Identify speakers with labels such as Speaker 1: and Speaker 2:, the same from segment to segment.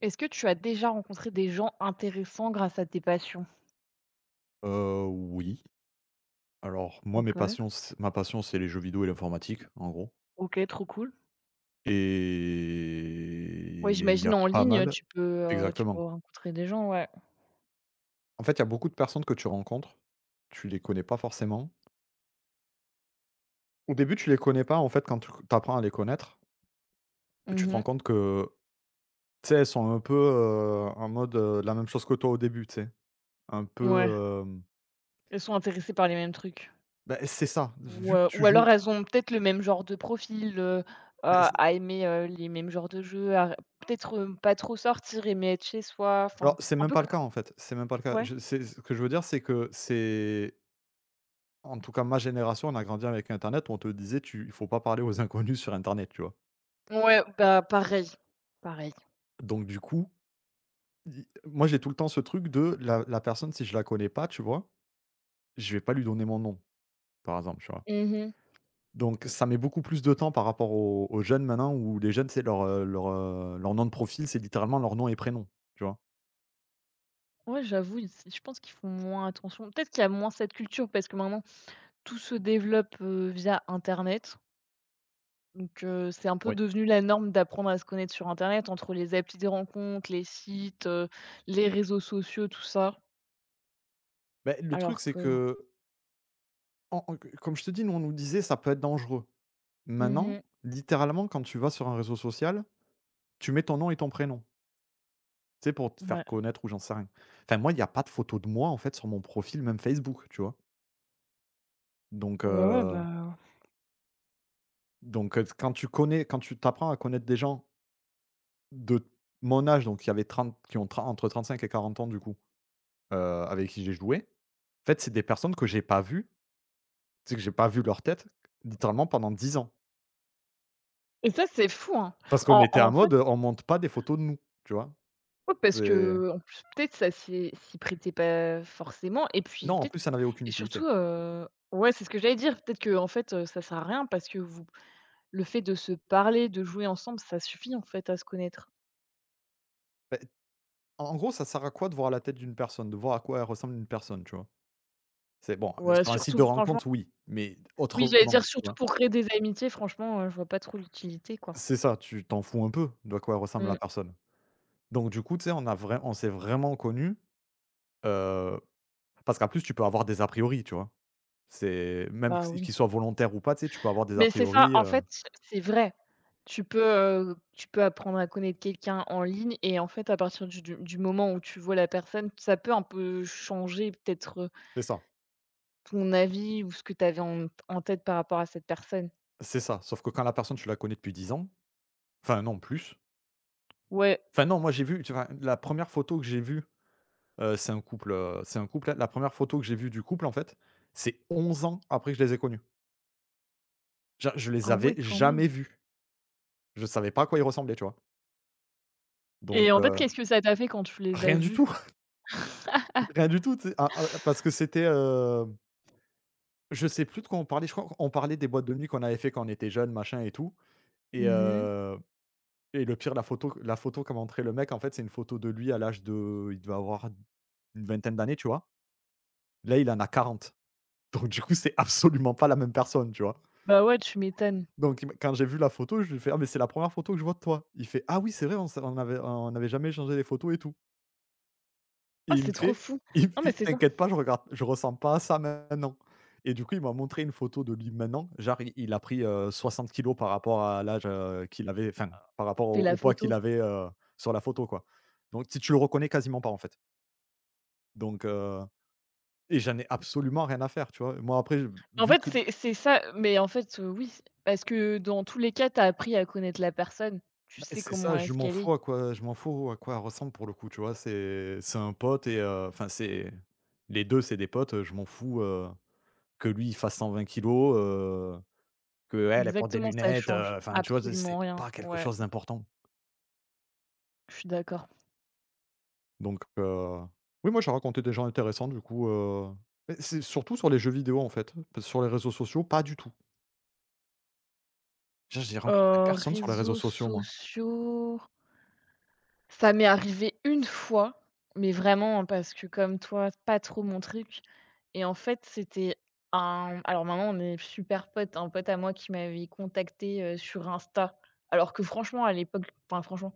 Speaker 1: Est-ce que tu as déjà rencontré des gens intéressants grâce à tes passions?
Speaker 2: Oui. Alors moi, mes
Speaker 1: OK.
Speaker 2: passions c ma passion, c'est les jeux vidéo et l'informatique, en gros.
Speaker 1: OK, trop cool. Ouais,
Speaker 2: Et il y
Speaker 1: j'imagine
Speaker 2: a
Speaker 1: en
Speaker 2: pas
Speaker 1: ligne,
Speaker 2: mal
Speaker 1: tu peux
Speaker 2: Exactement.
Speaker 1: rencontrer des gens, ouais.
Speaker 2: En fait, il y a beaucoup de personnes que tu rencontres, tu les connais pas forcément. Au début, tu les connais pas, en fait, quand tu apprends à les connaître, tu te
Speaker 1: Mhm.
Speaker 2: rends compte que, tu sais, elles sont un peu, en mode, la même chose que toi au début, tu sais? Un
Speaker 1: Ouais,
Speaker 2: peu,
Speaker 1: elles sont intéressées par les mêmes trucs.
Speaker 2: bah, c'est ça,
Speaker 1: Ou,
Speaker 2: vu que
Speaker 1: heu,
Speaker 2: tu
Speaker 1: ou alors
Speaker 2: joues.
Speaker 1: elles ont peut-être le même genre de profil,
Speaker 2: Bah,
Speaker 1: à
Speaker 2: c'est
Speaker 1: à aimer, les mêmes genres de jeux, à peut-être, pas trop sortir, aimer être chez soi,
Speaker 2: Alors
Speaker 1: enfin
Speaker 2: c'est
Speaker 1: un
Speaker 2: même
Speaker 1: peu
Speaker 2: pas
Speaker 1: co
Speaker 2: le cas, en fait, c'est même pas le cas.
Speaker 1: ouais.
Speaker 2: Je C'est ce que je veux dire. C'est que c'est En tout cas, ma génération, on a grandi avec internet, où on te disait: «Tu Il faut pas parler aux inconnus sur internet», tu vois?
Speaker 1: Ouais, bah, pareil, pareil.
Speaker 2: Donc, du coup, i moi, j'ai tout le temps ce truc de la personne, si je la connais pas, tu vois? Je vais pas lui donner mon nom, par exemple, tu vois?
Speaker 1: Mhm.
Speaker 2: Donc ça met beaucoup plus de temps par rapport aux jeunes maintenant, où les jeunes, c'est leur nom de profil, c'est littéralement leur nom et prénom, tu vois?
Speaker 1: Ouais, j'avoue, ils je pense qu'ils font moins attention. Peut-être qu'il y a moins cette culture parce que maintenant tout se développe, via internet. Donc, c'est un peu
Speaker 2: Oui.
Speaker 1: devenu la norme d'apprendre à se connaître sur internet entre les applis de rencontres, les sites, les réseaux sociaux, tout ça.
Speaker 2: Beh, le truc,
Speaker 1: Alors
Speaker 2: c'est
Speaker 1: que
Speaker 2: que en en que comme je te dis, nous, on nous disait: «Ça peut être dangereux». Maintenant,
Speaker 1: mmh.
Speaker 2: littéralement, quand tu vas sur un réseau social, tu mets ton nom et ton prénom. Tu sais, pour te
Speaker 1: Ouais.
Speaker 2: faire connaître ou j'en sais rien. Enfin, moi, il y a pas de photo de moi, en fait, sur mon profil, même Facebook, tu vois? Donc
Speaker 1: Ouais, ouais,
Speaker 2: heu,
Speaker 1: bah,
Speaker 2: Quand tu t'apprends à connaître des gens de mon âge, donc il y avait 30 qui ont tren entre 35 et 40 ans, du coup, avec qui j'ai joué. En fait, c'est des personnes que j'ai pas vues, c'est que j'ai pas vu leur tête, littéralement pendant 10 ans.
Speaker 1: et ça, c'est fou, hein.
Speaker 2: Parce qu'on
Speaker 1: En
Speaker 2: était en
Speaker 1: en fait,
Speaker 2: mode, on monte pas des photos de nous, tu vois?
Speaker 1: ouais, parce
Speaker 2: C'est
Speaker 1: qu'en plus, peut-être ça s'y prêtait pas forcément et puis
Speaker 2: Non, en
Speaker 1: peut-être
Speaker 2: plus, ça n'avait aucune
Speaker 1: et
Speaker 2: utilité.
Speaker 1: surtout, ouais, c'est ce que j'allais dire. Peut-être que, en fait, ça sert à rien parce que vous le fait de se parler, de jouer ensemble, ça suffit en fait à se connaître.
Speaker 2: Beh, en gros, ça sert à quoi de voir la tête d'une personne? De voir à quoi elle ressemble une personne, tu vois? C'est bon,
Speaker 1: Ouais,
Speaker 2: sur un site
Speaker 1: surtout
Speaker 2: de
Speaker 1: franchement.
Speaker 2: rencontre, oui, mais
Speaker 1: Oui, j'allais dire
Speaker 2: autrement, tu
Speaker 1: surtout
Speaker 2: vois?
Speaker 1: pour créer des amitiés, franchement, je vois pas trop l'utilité, quoi.
Speaker 2: C'est ça, tu t'en fous un peu de quoi ressemble la
Speaker 1: Mmh,
Speaker 2: personne. Donc, du coup, tu sais, on s'est vraiment connus, heu, parce qu'en plus, tu peux avoir des a priori, tu vois? C'est même
Speaker 1: bah,
Speaker 2: si
Speaker 1: oui.
Speaker 2: qu'ils soient volontaires ou pas, tu sais, tu peux avoir des a
Speaker 1: Mais c'est ça,
Speaker 2: priori,
Speaker 1: en fait, c'est vrai. Tu peux apprendre à connaître quelqu'un en ligne et, en fait, à partir du moment où tu vois la personne, ça peut un peu changer peut-être,
Speaker 2: c'est ça,
Speaker 1: ton avis ou ce que tu avais en tête par rapport à cette personne.
Speaker 2: c'est ça. Sauf que quand la personne, tu la connais depuis 10 ans. Enfin non, plus.
Speaker 1: Ouais.
Speaker 2: Enfin non, moi j'ai vu, tu vois, la première photo que j'ai vue, c'est un couple, la première photo que j'ai vue du couple, en fait, c'est 11 ans après que je les ai connus. Genre, je les
Speaker 1: Ah ouais,
Speaker 2: avais
Speaker 1: quand même.
Speaker 2: jamais vus. Je savais pas à quoi il ressemblait, tu vois? Donc
Speaker 1: Et en fait,
Speaker 2: heu,
Speaker 1: qu'est-ce que ça t'a fait quand tu les as
Speaker 2: Rien du tout,
Speaker 1: vus?
Speaker 2: rien du tout, tu sais? Ah, ah, parce que c'était, je sais plus de quoi on parlait, je crois qu'on parlait des boîtes de nuit qu'on avait fait quand on était jeunes, machin et tout, et
Speaker 1: Mmh mh.
Speaker 2: heu et le pire, la photo qu'a montré le mec, en fait, c'est une photo de lui à l'âge de il devait avoir une vingtaine d'années, tu vois? Là, il en a 40. Donc, du coup, c'est absolument pas la même personne, tu vois?
Speaker 1: Bah, ouais, tu m'étonnes.
Speaker 2: Donc il m'a Quand j'ai vu la photo, je lui fais: «Ah, mais c'est la première photo que je vois de toi». Il fait: «Ah oui, c'est vrai, on s'est on avait on n'avait jamais échangé les photos et tout». Et
Speaker 1: Ah,
Speaker 2: il
Speaker 1: c'est
Speaker 2: me
Speaker 1: trop
Speaker 2: fait
Speaker 1: fou.
Speaker 2: il me
Speaker 1: Non, mais
Speaker 2: fait:
Speaker 1: c'est ça.
Speaker 2: «T'inquiète pas, je ressens pas à ça maintenant» et du coup, il m'a montré une photo de lui maintenant, genre il a pris, 60 kilos par rapport à l'âge, qu'il avait. Enfin, par rapport
Speaker 1: Fais
Speaker 2: au
Speaker 1: la
Speaker 2: au poids
Speaker 1: photo.
Speaker 2: qu'il avait, sur la photo, quoi. Donc si tu le reconnais quasiment pas, en fait. Donc heu et j'en ai absolument rien à faire, tu vois? Moi, après, je-
Speaker 1: En
Speaker 2: vu
Speaker 1: fait,
Speaker 2: que
Speaker 1: c'est ça, mais en fait, oui, parce que dans tous les cas, tu as appris à connaître la personne. Tu
Speaker 2: bah,
Speaker 1: sais
Speaker 2: c'est
Speaker 1: comment
Speaker 2: ça,
Speaker 1: est-ce qu'elle est.
Speaker 2: je m'en fous à quoi elle ressemble pour le coup, tu vois? C'est un pote et enfin, c'est les 2, c'est des potes, je m'en fous, que lui, il fasse 120 kilos. Qu'elle, elle porte des
Speaker 1: Exactement, ça
Speaker 2: lunettes,
Speaker 1: change
Speaker 2: enfin, tu vois? C'est
Speaker 1: absolument
Speaker 2: c'est
Speaker 1: rien.
Speaker 2: pas quelque
Speaker 1: Ouais,
Speaker 2: chose d'important.
Speaker 1: je suis d'accord.
Speaker 2: Donc heu, oui, moi, j'ai rencontré des gens intéressants, du coup, mais c'est surtout sur les jeux vidéo, en fait. Parce que sur les réseaux sociaux, pas du tout. Je j'ai rencontré
Speaker 1: Heu,
Speaker 2: personne sur les réseaux
Speaker 1: réseaux
Speaker 2: sociaux, moi.
Speaker 1: sociaux, ça m'est arrivé une fois, mais vraiment parce que, comme toi, pas trop mon truc. Et en fait, c'était un alors maintenant on est super potes, un pote à moi qui m'avait contacté sur Insta, alors que, franchement, à l'époque, enfin franchement,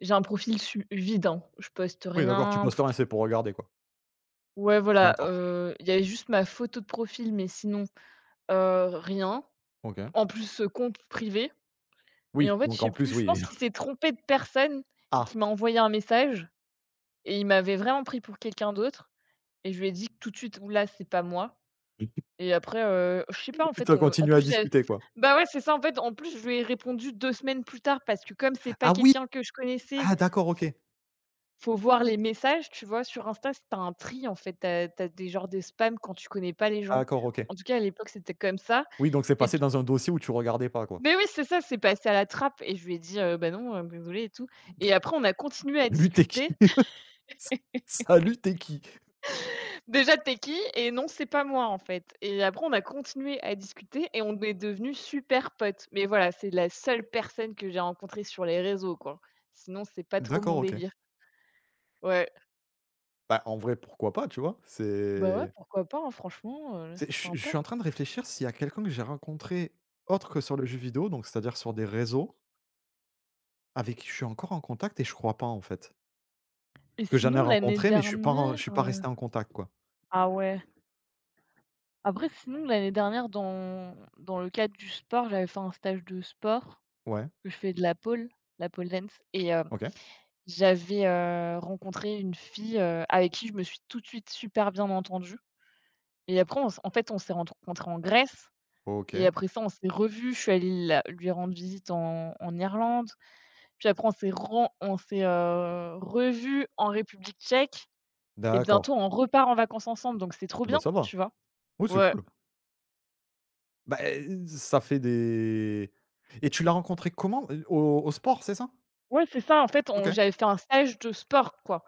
Speaker 1: j'ai un profil su vidant. Je poste
Speaker 2: Oui, d'accord, tu
Speaker 1: rien.
Speaker 2: postes rien, c'est pour regarder, quoi.
Speaker 1: Ouais,
Speaker 2: Et
Speaker 1: voilà,
Speaker 2: encore,
Speaker 1: il y avait juste ma photo de profil, mais sinon, rien.
Speaker 2: OK.
Speaker 1: En plus, compte privé. Et
Speaker 2: Oui,
Speaker 1: en fait, je
Speaker 2: donc
Speaker 1: sais
Speaker 2: en
Speaker 1: plus,
Speaker 2: plus,
Speaker 1: je pense
Speaker 2: oui.
Speaker 1: qu'il s'est trompé de personne et qu'il
Speaker 2: Ah!
Speaker 1: m'a envoyé un message et il m'avait vraiment pris pour quelqu'un d'autre, et je lui ai dit tout de suite: «Houla, c'est pas moi». Et après, je sais pas, en
Speaker 2: Tu
Speaker 1: fait,
Speaker 2: as
Speaker 1: on en
Speaker 2: continué à
Speaker 1: plus, j'ai
Speaker 2: discuter, quoi.
Speaker 1: bah, ouais, c'est ça, en fait, en plus, je lui ai répondu 2 semaines plus tard parce que, comme c'est pas
Speaker 2: Ah oui!
Speaker 1: quelqu'un que je connaissais,
Speaker 2: Ah, d'accord, OK.
Speaker 1: faut voir les messages, tu vois? Sur Insta, c'est tu un tri, en fait. T'as as des genres de spams quand tu connais pas les gens.
Speaker 2: D'accord, OK.
Speaker 1: En tout cas, à l'époque, c'était comme ça.
Speaker 2: Oui, donc c'est
Speaker 1: Et
Speaker 2: passé
Speaker 1: du
Speaker 2: dans un dossier où tu regardais pas, quoi.
Speaker 1: mais oui, c'est ça, c'est passé à la trappe, et je lui ai dit: «Bah, non, désolée» et tout, et après on a continué à
Speaker 2: Salut, tu es qui?
Speaker 1: discuter.
Speaker 2: Salut, tu es qui?
Speaker 1: Déjà: «Tu es qui?» et «Non, c'est pas moi», en fait, et après on a continué à discuter et on est devenus super potes. Mais voilà, c'est la seule personne que j'ai rencontrée sur les réseaux, quoi. Sinon, c'est pas trop mon
Speaker 2: D'accord, OK.
Speaker 1: délire. Ouais.
Speaker 2: Bah, en vrai, pourquoi pas, tu vois?
Speaker 1: Bah, ouais, pourquoi pas, hein, franchement,
Speaker 2: C'est je
Speaker 1: c'est
Speaker 2: suis je
Speaker 1: sympa.
Speaker 2: suis en train de réfléchir s'il y a quelqu'un que j'ai rencontré autre que sur le jeu vidéo, donc c'est-à-dire sur des réseaux, avec qui je suis encore en contact, et je crois pas, en fait.
Speaker 1: Et
Speaker 2: Parce que j'en ai
Speaker 1: sinon l'année
Speaker 2: rencontré, mais
Speaker 1: dernière,
Speaker 2: je suis pas resté en contact, quoi.
Speaker 1: ah ouais. Après sinon l'année dernière, dans le cadre du sport, j'avais fait un stage de sport,
Speaker 2: Ouais,
Speaker 1: que je fais de la pole dance, et
Speaker 2: OK,
Speaker 1: j'avais, rencontré une fille, avec qui je me suis tout de suite super bien entendue. Et après on s'est, en fait, on s'est rencontrés en Grèce. Et
Speaker 2: OK,
Speaker 1: après ça on s'est revus. Je suis allée la lui rendre visite en Irlande, puis après on s'est ren on s'est, revus en République tchèque, et
Speaker 2: d'accord.
Speaker 1: bientôt on repart en vacances ensemble, donc c'est trop
Speaker 2: Bon, bah,
Speaker 1: bien,
Speaker 2: ça
Speaker 1: tu
Speaker 2: va.
Speaker 1: vois?
Speaker 2: Oui, c'est
Speaker 1: Ouais,
Speaker 2: cool. Bah, ça fait des et tu l'as rencontré comment? Au sport, c'est ça?
Speaker 1: ouais, c'est ça, en fait, on
Speaker 2: OK,
Speaker 1: j'avais fait un stage de sport, quoi.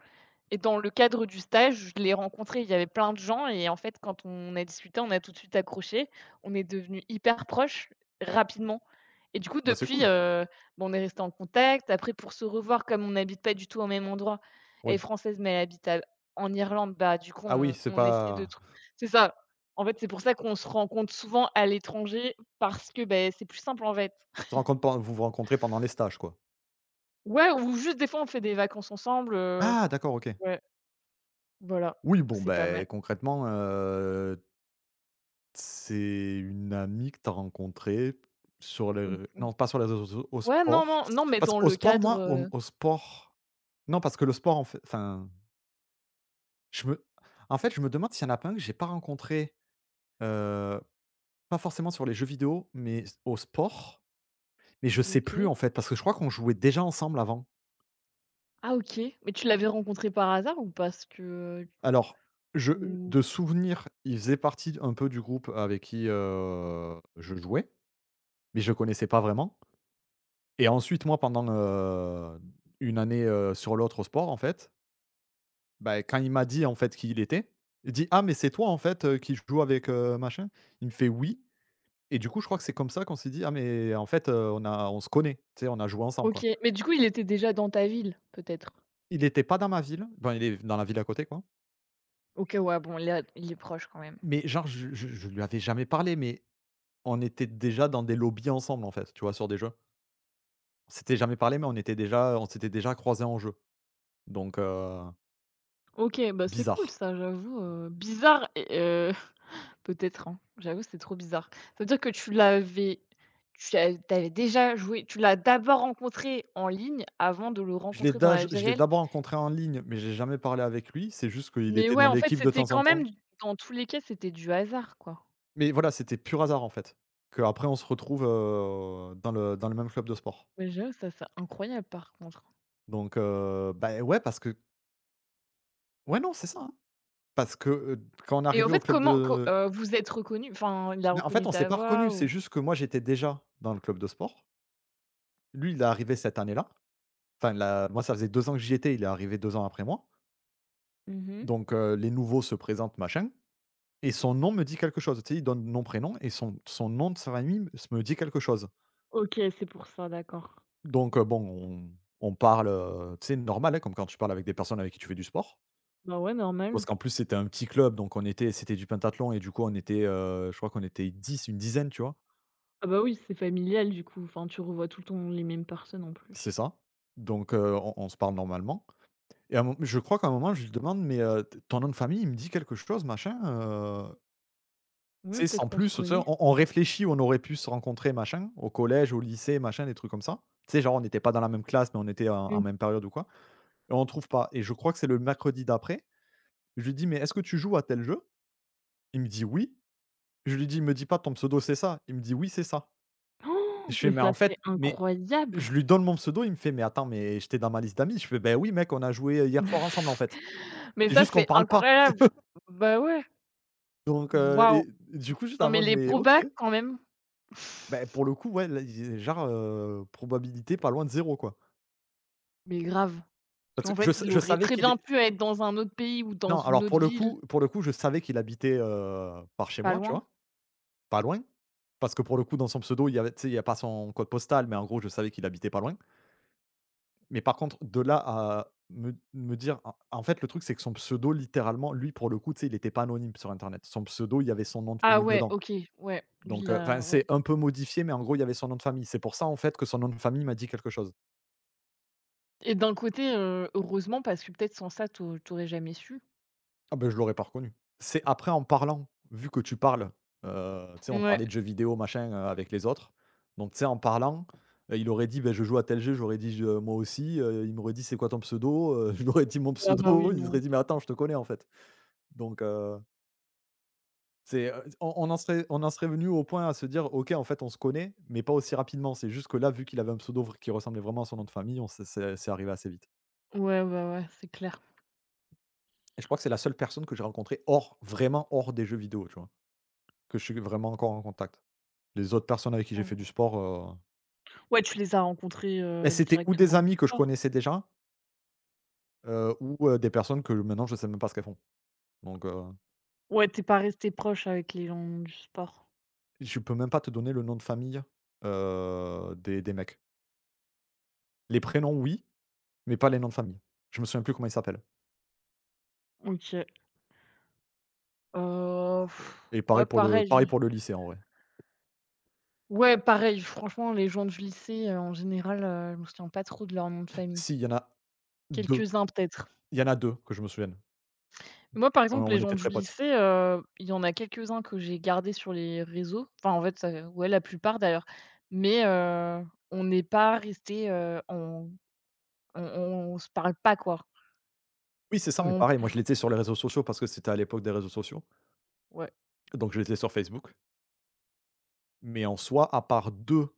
Speaker 1: Et dans le cadre du stage, je l'ai rencontré, il y avait plein de gens, et en fait, quand on a discuté, on a tout de suite accroché. On est devenus hyper proches
Speaker 2: OK.
Speaker 1: rapidement, et du coup,
Speaker 2: Bah, c'est
Speaker 1: depuis,
Speaker 2: cool.
Speaker 1: bah, on est resté en contact. Après, pour se revoir, comme on n'habite pas du tout au même endroit, elle est
Speaker 2: Oui.
Speaker 1: française, mais elle habite à en Irlande, bah, du coup,
Speaker 2: Ah oui,
Speaker 1: on
Speaker 2: c'est
Speaker 1: on essaie de
Speaker 2: pas
Speaker 1: trou c'est ça. En fait, c'est pour ça qu'on se rencontre souvent à l'étranger parce que, ben, c'est plus simple, en fait.
Speaker 2: tu rencontres pas vous vous rencontrez pendant les stages, quoi?
Speaker 1: Ouais, ou juste des fois on fait des vacances ensemble,
Speaker 2: Ah, d'accord, OK.
Speaker 1: ouais, voilà,
Speaker 2: Oui, bon,
Speaker 1: c'est pas mal.
Speaker 2: ben, concrètement, c'est une amie que tu as rencontrée sur les
Speaker 1: Mmh
Speaker 2: ré
Speaker 1: mh.
Speaker 2: non, pas sur les réseaux sociaux, au
Speaker 1: Ouais, non,
Speaker 2: sport.
Speaker 1: non, non, mais
Speaker 2: Parce
Speaker 1: dans
Speaker 2: qu'au
Speaker 1: le
Speaker 2: sport,
Speaker 1: cadre,
Speaker 2: moi, au au sport, non, parce que le sport, en fait, enfin, je me en fait, je me demande s'il y en a pas un que j'ai pas rencontré, heu, pas forcément sur les jeux vidéo, mais au sport. Mais je sais plus,
Speaker 1: OK.
Speaker 2: en fait, parce que je crois qu'on jouait déjà ensemble avant.
Speaker 1: Ah OK, mais tu l'avais rencontré par hasard ou parce que, heu,
Speaker 2: Alors, je
Speaker 1: ou
Speaker 2: de souvenir, il faisait partie un peu du groupe avec qui, je jouais, mais je connaissais pas vraiment. Et ensuite, moi, pendant, une année, sur l'autre au sport, en fait, bah, quand il m'a dit, en fait, qui il était, il dit: «Ah, mais c'est toi, en fait, qui joue avec, machin?» il me fait: «Oui» et du coup, je crois que c'est comme ça qu'on s'est dit: «Ah, mais en fait, on se connaît», tu sais, on a joué ensemble,
Speaker 1: OK,
Speaker 2: quoi.
Speaker 1: mais du coup, il était déjà dans ta ville, peut-être?
Speaker 2: Il était pas dans ma ville, enfin, il est dans la ville à côté, quoi,
Speaker 1: OK, ouais, bon, là, il est proche quand même.
Speaker 2: mais genre je lui avais jamais parlé, mais on était déjà dans des lobbies ensemble, en fait, tu vois, sur des jeux. On s'était jamais parlé, mais on s'était déjà croisés en jeu, donc,
Speaker 1: OK, bah, c'est cool
Speaker 2: bizarre.
Speaker 1: ça, j'avoue, bizarre, et peut-être, hein, j'avoue, c'est trop bizarre. Ça veut dire que tu avais déjà joué, tu l'as d'abord rencontré en ligne avant de le rencontrer dans la vie
Speaker 2: Je l'ai
Speaker 1: réelle?
Speaker 2: d'abord rencontré en ligne, mais j'ai jamais parlé avec lui. C'est juste qu'il
Speaker 1: Mais
Speaker 2: était
Speaker 1: ouais,
Speaker 2: dans
Speaker 1: en fait,
Speaker 2: l'équipe de
Speaker 1: c'était
Speaker 2: temps en
Speaker 1: quand même
Speaker 2: temps.
Speaker 1: dans tous les cas, c'était du hasard, quoi.
Speaker 2: Mais voilà, c'était pur hasard, en fait, qu'après on se retrouve, dans le même club de sport.
Speaker 1: Ouais, j'avoue, ça c'est incroyable par contre.
Speaker 2: Donc, bah, ouais, parce que ouais, non, c'est ça, hein. Parce que, quand on est
Speaker 1: Et en
Speaker 2: arrivé au
Speaker 1: fait,
Speaker 2: club
Speaker 1: comment co
Speaker 2: de
Speaker 1: vous êtes reconnu enfin, il a
Speaker 2: mais en fait,
Speaker 1: reconnu
Speaker 2: on s'est
Speaker 1: ta
Speaker 2: pas
Speaker 1: voix,
Speaker 2: reconnus.
Speaker 1: ou?
Speaker 2: C'est juste que moi, j'étais déjà dans le club de sport. Lui, il est arrivé cette année-là. Enfin, la moi, ça faisait 2 ans que j'y étais, il est arrivé 2 ans après moi.
Speaker 1: Mmh.
Speaker 2: Donc, les nouveaux se présentent, machin. Et son nom me dit quelque chose. Tu sais, il donne nom, prénom, et son nom de sa famille me dit quelque chose.
Speaker 1: OK, c'est pour ça, d'accord.
Speaker 2: Donc, bon, on parle, tu sais, normal, hein, comme quand tu parles avec des personnes avec qui tu fais du sport.
Speaker 1: Bah ouais, normal.
Speaker 2: Parce qu'en plus, c'était un petit club, donc on était c'était du pentathlon et du coup, on était, je crois qu'on était 10 une dizaine, tu vois?
Speaker 1: Ah bah oui, c'est familial du coup, enfin, tu revois tout le temps les mêmes personnes en
Speaker 2: C'est
Speaker 1: plus.
Speaker 2: ça. Donc, on se parle normalement et à un mom je crois qu'à un moment, je lui demande: «Mais, t ton nom de famille, il me dit quelque chose, machin,»
Speaker 1: Oui,
Speaker 2: Tu sais,
Speaker 1: peut-être
Speaker 2: sans
Speaker 1: qu'on se
Speaker 2: plus, tu sais,
Speaker 1: connaît.
Speaker 2: on réfléchit où on aurait pu se rencontrer, machin, au collège, au lycée, machin, des trucs comme ça. Tu sais, genre, on n'était pas dans la même classe, mais on était en
Speaker 1: Mmh.
Speaker 2: en même période ou quoi, et on trouve pas, et je crois que c'est le mercredi d'après. Je lui dis: «Mais est-ce que tu joues à tel jeu ?» Il me dit: «Oui». Je lui dis: «Me dis pas ton pseudo, c'est ça ?» Il me dit: «Oui, c'est ça». Je fais:
Speaker 1: Mais
Speaker 2: «Mais
Speaker 1: ça,
Speaker 2: en fait»,
Speaker 1: c'est
Speaker 2: mais
Speaker 1: incroyable!
Speaker 2: je lui donne mon pseudo, il me fait: «Mais attends, mais j'étais dans ma liste d'amis». Je fais: ben oui, mec, on a joué hier soir ensemble, en fait.
Speaker 1: Mais
Speaker 2: C'est
Speaker 1: ça,
Speaker 2: juste qu'on
Speaker 1: c'est
Speaker 2: parle pas».
Speaker 1: incroyable! Bah ouais,
Speaker 2: Donc
Speaker 1: waouh!
Speaker 2: du coup, j'étais
Speaker 1: Non,
Speaker 2: en
Speaker 1: mais
Speaker 2: mode:
Speaker 1: les
Speaker 2: «Mais OK».
Speaker 1: probas quand même.
Speaker 2: Ben pour le coup, ouais, là, i genre, probabilité pas loin de zéro, quoi.
Speaker 1: Mais grave.
Speaker 2: Parce
Speaker 1: En
Speaker 2: que je
Speaker 1: fait,
Speaker 2: sa
Speaker 1: il
Speaker 2: Je
Speaker 1: aurait
Speaker 2: savais
Speaker 1: très
Speaker 2: qu'il
Speaker 1: bien
Speaker 2: est
Speaker 1: pu être dans un autre pays ou dans
Speaker 2: non,
Speaker 1: une autre ville.
Speaker 2: pour le coup, je savais qu'il habitait, par chez
Speaker 1: Pas
Speaker 2: moi, tu
Speaker 1: loin?
Speaker 2: vois? Pas loin. Parce que pour le coup, dans son pseudo, il y avait, tu sais, il y a pas son code postal, mais en gros, je savais qu'il habitait pas loin. Mais par contre, de là à me dire, en fait, le truc, c'est que son pseudo, littéralement, lui, pour le coup, tu sais, il n'était pas anonyme sur internet. Son pseudo, il y avait son nom de
Speaker 1: Ah
Speaker 2: famille
Speaker 1: ouais,
Speaker 2: dedans.
Speaker 1: OK, ouais, lui
Speaker 2: Donc, enfin,
Speaker 1: là, ouais.
Speaker 2: c'est un peu modifié, mais en gros, il y avait son nom de famille. C'est pour ça, en fait, que son nom de famille m'a dit quelque chose.
Speaker 1: Et d'un côté, heureusement, parce que peut-être sans ça, t'aurais jamais su.
Speaker 2: Ah ben je l'aurais pas reconnu. C'est après en parlant, vu que tu parles, tu sais, on
Speaker 1: Ouais.
Speaker 2: parlait de jeux vidéo machin, avec les autres. Donc tu sais, en parlant, il aurait dit: ben je joue à tel jeu», j'aurais dit: «Je moi aussi», il m'aurait dit: «C'est quoi ton pseudo ?» Je lui aurais dit mon
Speaker 1: Ah bah oui,
Speaker 2: pseudo, il
Speaker 1: non.
Speaker 2: serait dit: «Mais attends, je te connais en fait». Donc c'est, on en serait venu au point à se dire: «OK, en fait, on se connaît, mais pas aussi rapidement». C'est juste que là, vu qu'il avait un pseudo qui ressemblait vraiment à son nom de famille, on s'est c'est arrivé assez vite.
Speaker 1: Ouais, bah ouais, c'est clair.
Speaker 2: Et je crois que c'est la seule personne que j'ai rencontrée hors, vraiment hors des jeux vidéo, tu vois? Que je suis vraiment encore en contact. Les autres personnes avec qui j'ai
Speaker 1: Mmh.
Speaker 2: fait du sport,
Speaker 1: Ouais, tu les as rencontrés,
Speaker 2: beh, c'était ou des
Speaker 1: directement au
Speaker 2: amis que je
Speaker 1: sport.
Speaker 2: connaissais déjà, ou, des personnes que maintenant je sais même pas ce qu'elles font. Donc,
Speaker 1: Ouais, t'es pas resté proche avec les gens du sport.
Speaker 2: je peux même pas te donner le nom de famille, des mecs. Les prénoms oui, mais pas les noms de famille. Je me souviens plus comment ils s'appellent.
Speaker 1: OK. Heu,
Speaker 2: Et
Speaker 1: ouais,
Speaker 2: pareil
Speaker 1: pareil.
Speaker 2: pour le lycée en vrai.
Speaker 1: Ouais, pareil, franchement, les gens du lycée, en général, je me souviens pas trop de leur nom de famille.
Speaker 2: Si, il y en a 2,
Speaker 1: Quelques-uns peut-être.
Speaker 2: il y en a 2 que je me souviens.
Speaker 1: Moi, par
Speaker 2: On
Speaker 1: exemple, les
Speaker 2: on
Speaker 1: gens
Speaker 2: était
Speaker 1: du
Speaker 2: très potes.
Speaker 1: lycée, il y en a quelques-uns que j'ai gardés sur les réseaux. Enfin, en fait, ça ouais, la plupart d'ailleurs. Mais on n'est pas restés, on on se parle pas, quoi.
Speaker 2: Oui, c'est ça, mais
Speaker 1: On
Speaker 2: pareil, moi je l'étais sur les réseaux sociaux parce que c'était à l'époque des réseaux sociaux.
Speaker 1: ouais.
Speaker 2: Donc je l'étais sur Facebook. Mais en soi, à part 2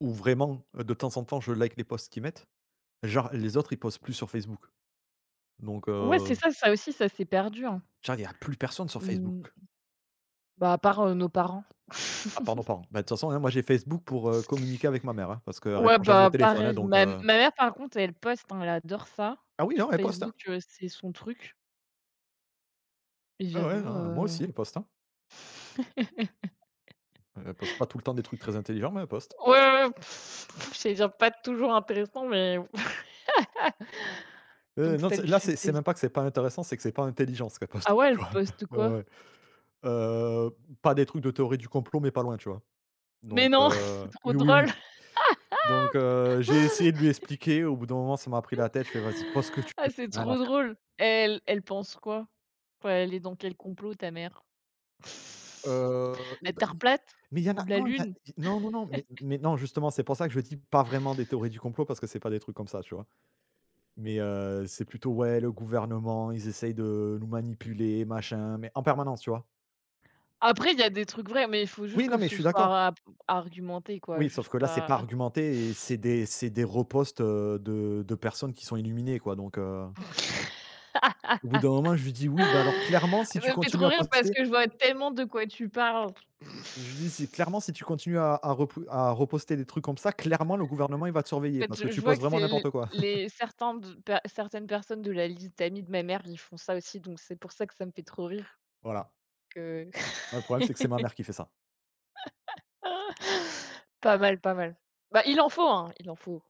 Speaker 2: où vraiment, de temps en temps je like les posts qu'ils mettent. Genre les autres, ils postent plus sur Facebook. Donc
Speaker 1: Ouais, c'est ça, ça aussi, ça s'est perdu, hein.
Speaker 2: genre il y a plus personne sur
Speaker 1: Mmh,
Speaker 2: Facebook.
Speaker 1: bah, à part, nos parents.
Speaker 2: Ah pardon, pardon. Bah, de toute façon, hein, moi j'ai Facebook pour, communiquer avec ma mère, hein, parce qu'elle
Speaker 1: Ouais,
Speaker 2: répond jamais au
Speaker 1: bah,
Speaker 2: téléphone, hein,
Speaker 1: pareil.
Speaker 2: donc
Speaker 1: Ma mère, par contre, elle poste, hein, elle adore ça.
Speaker 2: ah oui,
Speaker 1: Sur
Speaker 2: non, elle poste,
Speaker 1: Facebook,
Speaker 2: hein.
Speaker 1: c'est son truc. Et
Speaker 2: Ouais, ouais,
Speaker 1: j'avoue,
Speaker 2: non, moi aussi elle poste, hein. Elle poste pas tout le temps des trucs très intelligents, mais elle poste.
Speaker 1: ouais, ouais, ouais, j'allais dire pas toujours intéressant, mais donc
Speaker 2: Non,
Speaker 1: ça lui fait
Speaker 2: c'est
Speaker 1: plaisir.
Speaker 2: même pas que c'est pas intéressant, c'est que c'est pas intelligent ce qu'elle
Speaker 1: Ah
Speaker 2: poste,
Speaker 1: ouais,
Speaker 2: tu
Speaker 1: elle
Speaker 2: vois?
Speaker 1: poste
Speaker 2: Ouais,
Speaker 1: quoi?
Speaker 2: ouais. Heu, pas des trucs de théorie du complot, mais pas loin, tu vois?
Speaker 1: Mais
Speaker 2: Donc
Speaker 1: non, c'est trop
Speaker 2: oui, oui,
Speaker 1: drôle.
Speaker 2: oui. Donc j'ai essayé de lui expliquer, au bout d'un moment ça m'a pris la tête, je fais: «Vas-y, poste ce que tu
Speaker 1: Ah,
Speaker 2: veux,
Speaker 1: c'est
Speaker 2: rien à
Speaker 1: trop drôle. Elle pense quoi? Enfin, elle est dans quel complot, ta mère? La
Speaker 2: Bah,
Speaker 1: Terre
Speaker 2: i
Speaker 1: plate?
Speaker 2: mais il y en
Speaker 1: Ou
Speaker 2: a
Speaker 1: la
Speaker 2: non, il y a
Speaker 1: Lune?
Speaker 2: i non, non, non, mais non, justement, c'est pour ça que je dis pas vraiment des théories du complot parce que c'est pas des trucs comme ça, tu vois? Mais c'est plutôt, ouais, le gouvernement, ils essayent de nous manipuler, machin, mais en permanence, tu vois?
Speaker 1: Après, il y a des trucs vrais, mais il faut juste
Speaker 2: Oui,
Speaker 1: que
Speaker 2: non, mais je
Speaker 1: ce
Speaker 2: suis
Speaker 1: soit
Speaker 2: d'accord.
Speaker 1: ra argumenté, quoi,
Speaker 2: Oui, sauf
Speaker 1: juste
Speaker 2: que là, c'est pas
Speaker 1: pas.
Speaker 2: argumenté et c'est des reposts, de personnes qui sont illuminées, quoi, donc au bout d'un moment, je lui dis: «Oui, bah, alors clairement, si
Speaker 1: Ça
Speaker 2: tu
Speaker 1: me fait trop
Speaker 2: continues à
Speaker 1: rire parce
Speaker 2: poster».
Speaker 1: que je vois tellement de quoi tu parles.
Speaker 2: Je lui dis: «Si clairement, si tu continues à repou à reposter des trucs comme ça, clairement, le gouvernement, il va te
Speaker 1: En
Speaker 2: surveiller
Speaker 1: fait,
Speaker 2: parce que
Speaker 1: je
Speaker 2: tu
Speaker 1: vois
Speaker 2: postes
Speaker 1: que
Speaker 2: vraiment
Speaker 1: c'est l
Speaker 2: n'importe quoi».
Speaker 1: les certains de per certaines personnes de la liste d'amis de ma mère, ils font ça aussi, donc c'est pour ça que ça me fait trop rire
Speaker 2: Voilà.
Speaker 1: que.
Speaker 2: Ouais, le problème, c'est que c'est ma mère qui fait ça.
Speaker 1: Pas mal, pas mal. Bah, il en faut, hein, il en faut.